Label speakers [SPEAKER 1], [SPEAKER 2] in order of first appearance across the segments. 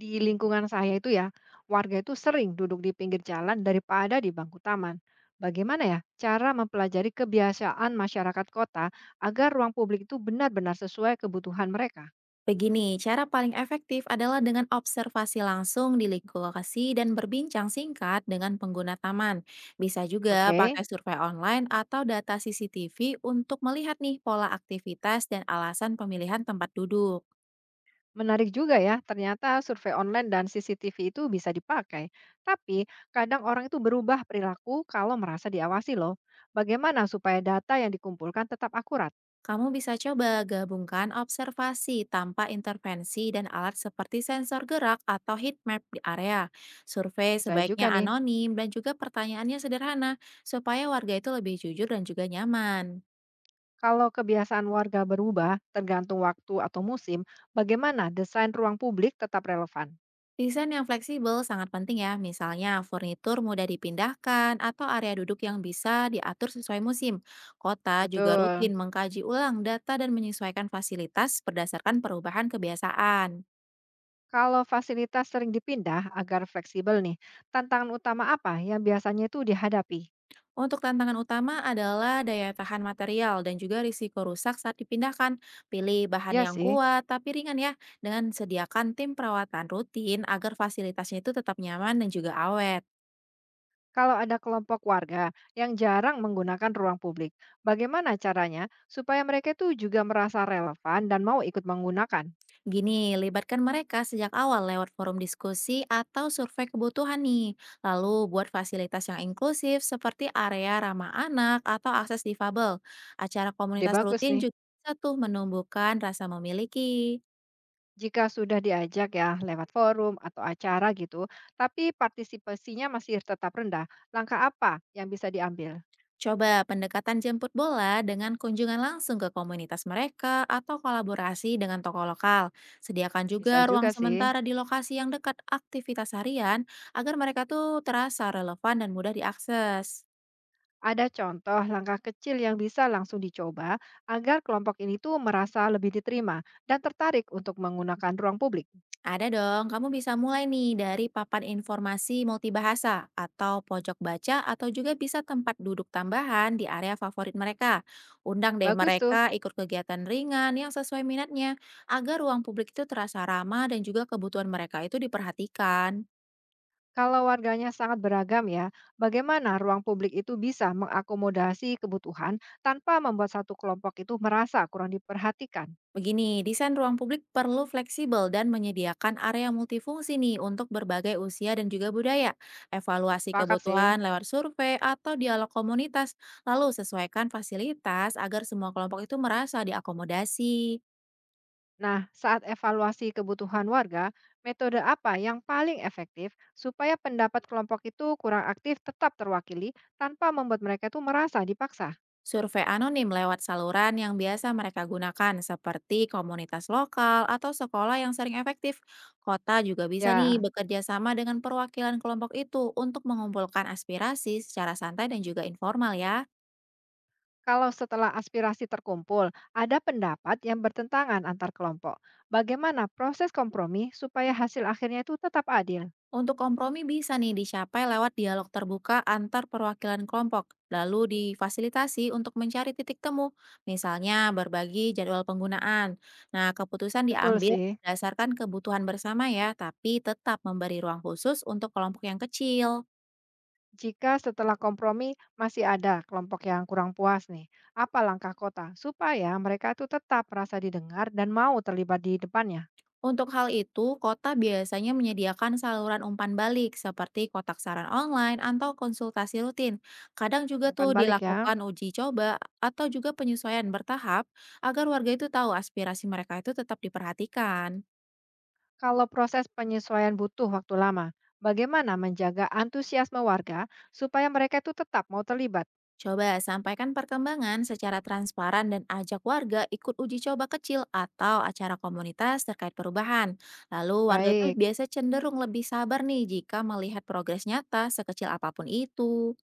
[SPEAKER 1] Di lingkungan saya itu ya, warga itu sering duduk di pinggir jalan daripada di bangku taman. Bagaimana ya cara mempelajari kebiasaan masyarakat kota agar ruang publik itu benar-benar sesuai kebutuhan mereka?
[SPEAKER 2] Begini, cara paling efektif adalah dengan observasi langsung di lingkup lokasi dan berbincang singkat dengan pengguna taman. Bisa juga
[SPEAKER 1] Oke,
[SPEAKER 2] pakai survei online atau data CCTV untuk melihat nih pola aktivitas dan alasan pemilihan tempat duduk.
[SPEAKER 1] menarik juga ya. Ternyata survei online dan CCTV itu bisa dipakai. Tapi kadang orang itu berubah perilaku kalau merasa diawasi loh. Bagaimana supaya data yang dikumpulkan tetap akurat?
[SPEAKER 2] Kamu bisa coba gabungkan observasi tanpa intervensi dan alat seperti sensor gerak atau heat map di area. Survei
[SPEAKER 1] Bisa juga
[SPEAKER 2] sebaiknya
[SPEAKER 1] nih.
[SPEAKER 2] anonim dan juga pertanyaannya sederhana supaya warga itu lebih jujur dan juga nyaman.
[SPEAKER 1] Kalau kebiasaan warga berubah tergantung waktu atau musim, bagaimana desain ruang publik tetap relevan?
[SPEAKER 2] Desain yang fleksibel sangat penting ya, misalnya furnitur mudah dipindahkan atau area duduk yang bisa diatur sesuai musim. Kota juga
[SPEAKER 1] Betul.
[SPEAKER 2] rutin mengkaji ulang data dan menyesuaikan fasilitas berdasarkan perubahan kebiasaan.
[SPEAKER 1] Kalau fasilitas sering dipindah agar fleksibel nih, tantangan utama apa yang biasanya itu dihadapi?
[SPEAKER 2] Untuk tantangan utama adalah daya tahan material dan juga risiko rusak saat dipindahkan. Pilih bahan
[SPEAKER 1] Ya
[SPEAKER 2] yang
[SPEAKER 1] sih.
[SPEAKER 2] kuat tapi ringan ya, dengan sediakan tim perawatan rutin agar fasilitasnya itu tetap nyaman dan juga awet.
[SPEAKER 1] Kalau ada kelompok warga yang jarang menggunakan ruang publik, bagaimana caranya supaya mereka itu juga merasa relevan dan mau ikut menggunakan?
[SPEAKER 2] Gini, libatkan mereka sejak awal lewat forum diskusi atau survei kebutuhan nih. Lalu buat fasilitas yang inklusif seperti area ramah anak atau akses difabel. Acara
[SPEAKER 1] Ide
[SPEAKER 2] komunitas
[SPEAKER 1] bagus
[SPEAKER 2] rutin
[SPEAKER 1] nih.
[SPEAKER 2] juga bisa tuh menumbuhkan rasa memiliki.
[SPEAKER 1] Jika sudah diajak ya lewat forum atau acara gitu, tapi partisipasinya masih tetap rendah, langkah apa yang bisa diambil?
[SPEAKER 2] Coba pendekatan jemput bola dengan kunjungan langsung ke komunitas mereka atau kolaborasi dengan tokoh lokal. Sediakan
[SPEAKER 1] Bisa
[SPEAKER 2] juga
[SPEAKER 1] juga
[SPEAKER 2] ruang
[SPEAKER 1] sih.
[SPEAKER 2] sementara di lokasi yang dekat aktivitas harian agar mereka tuh terasa relevan dan mudah diakses.
[SPEAKER 1] Ada contoh langkah kecil yang bisa langsung dicoba agar kelompok ini tuh merasa lebih diterima dan tertarik untuk menggunakan ruang publik.
[SPEAKER 2] Ada dong, kamu bisa mulai nih dari papan informasi multibahasa atau pojok baca atau juga bisa tempat duduk tambahan di area favorit mereka. Undang deh
[SPEAKER 1] Bagus
[SPEAKER 2] mereka
[SPEAKER 1] tuh.
[SPEAKER 2] ikut kegiatan ringan yang sesuai minatnya agar ruang publik itu terasa ramah dan juga kebutuhan mereka itu diperhatikan.
[SPEAKER 1] Kalau warganya sangat beragam ya, bagaimana ruang publik itu bisa mengakomodasi kebutuhan tanpa membuat satu kelompok itu merasa kurang diperhatikan?
[SPEAKER 2] Begini, desain ruang publik perlu fleksibel dan menyediakan area multifungsi nih untuk berbagai usia dan juga budaya. Evaluasi
[SPEAKER 1] Sepakat sih.
[SPEAKER 2] kebutuhan lewat survei atau dialog komunitas, lalu sesuaikan fasilitas agar semua kelompok itu merasa diakomodasi.
[SPEAKER 1] Nah, saat evaluasi kebutuhan warga, metode apa yang paling efektif supaya pendapat kelompok itu kurang aktif tetap terwakili tanpa membuat mereka itu merasa dipaksa?
[SPEAKER 2] Survei anonim lewat saluran yang biasa mereka gunakan seperti komunitas lokal atau sekolah yang sering efektif. Kota juga bisa nih
[SPEAKER 1] Ya,
[SPEAKER 2] bekerja sama dengan perwakilan kelompok itu untuk mengumpulkan aspirasi secara santai dan juga informal ya.
[SPEAKER 1] kalau setelah aspirasi terkumpul, ada pendapat yang bertentangan antar kelompok. Bagaimana proses kompromi supaya hasil akhirnya itu tetap adil?
[SPEAKER 2] Untuk kompromi bisa nih dicapai lewat dialog terbuka antar perwakilan kelompok, lalu difasilitasi untuk mencari titik temu, misalnya berbagi jadwal penggunaan. Nah, keputusan
[SPEAKER 1] Betul
[SPEAKER 2] diambil
[SPEAKER 1] sih.
[SPEAKER 2] berdasarkan kebutuhan bersama ya, tapi tetap memberi ruang khusus untuk kelompok yang kecil.
[SPEAKER 1] Jika setelah kompromi masih ada kelompok yang kurang puas nih, apa langkah kota supaya mereka itu tetap merasa didengar dan mau terlibat di depannya?
[SPEAKER 2] Untuk hal itu, kota biasanya menyediakan saluran umpan balik seperti kotak saran online atau konsultasi rutin. Kadang juga
[SPEAKER 1] Umpan
[SPEAKER 2] tuh
[SPEAKER 1] balik ya.
[SPEAKER 2] dilakukan uji coba atau juga penyesuaian bertahap agar warga itu tahu aspirasi mereka itu tetap diperhatikan.
[SPEAKER 1] Kalau proses penyesuaian butuh waktu lama, bagaimana menjaga antusiasme warga supaya mereka itu tetap mau terlibat?
[SPEAKER 2] Coba sampaikan perkembangan secara transparan dan ajak warga ikut uji coba kecil atau acara komunitas terkait perubahan. Lalu warga itu
[SPEAKER 1] Baik,
[SPEAKER 2] biasa cenderung lebih sabar nih jika melihat progres nyata sekecil apapun itu.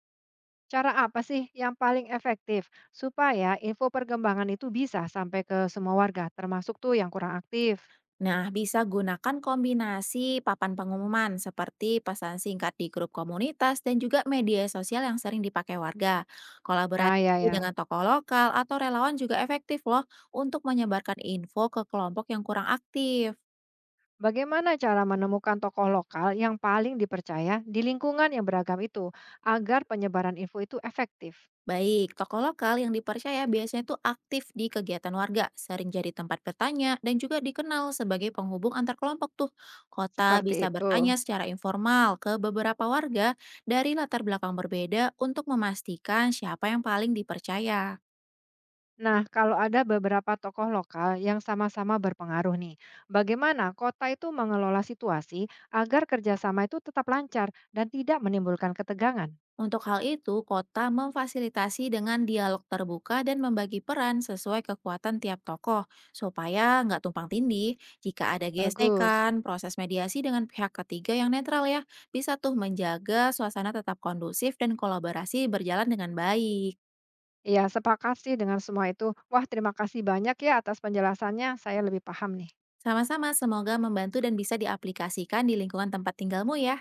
[SPEAKER 1] cara apa sih yang paling efektif supaya info perkembangan itu bisa sampai ke semua warga, termasuk tuh yang kurang aktif?
[SPEAKER 2] Nah, bisa gunakan kombinasi papan pengumuman seperti pesan singkat di grup komunitas dan juga media sosial yang sering dipakai warga. Kolaborasi
[SPEAKER 1] Ah ya ya.
[SPEAKER 2] dengan tokoh lokal atau relawan juga efektif loh untuk menyebarkan info ke kelompok yang kurang aktif.
[SPEAKER 1] Bagaimana cara menemukan tokoh lokal yang paling dipercaya di lingkungan yang beragam itu agar penyebaran info itu efektif?
[SPEAKER 2] Baik, tokoh lokal yang dipercaya biasanya itu aktif di kegiatan warga, sering jadi tempat bertanya, dan juga dikenal sebagai penghubung antar kelompok tuh. Kota
[SPEAKER 1] Seperti
[SPEAKER 2] bisa
[SPEAKER 1] itu.
[SPEAKER 2] bertanya secara informal ke beberapa warga dari latar belakang berbeda untuk memastikan siapa yang paling dipercaya.
[SPEAKER 1] Nah, kalau ada beberapa tokoh lokal yang sama-sama berpengaruh nih, bagaimana kota itu mengelola situasi agar kerjasama itu tetap lancar dan tidak menimbulkan ketegangan?
[SPEAKER 2] Untuk hal itu, kota memfasilitasi dengan dialog terbuka dan membagi peran sesuai kekuatan tiap tokoh, supaya nggak tumpang tindih. Jika ada
[SPEAKER 1] Bagus.
[SPEAKER 2] gesekan, proses mediasi dengan pihak ketiga yang netral ya, bisa tuh menjaga suasana tetap kondusif dan kolaborasi berjalan dengan baik.
[SPEAKER 1] Iya, sepakat sih dengan semua itu. Wah, terima kasih banyak ya atas penjelasannya. Saya lebih paham nih.
[SPEAKER 2] Sama-sama, semoga membantu dan bisa diaplikasikan di lingkungan tempat tinggalmu ya.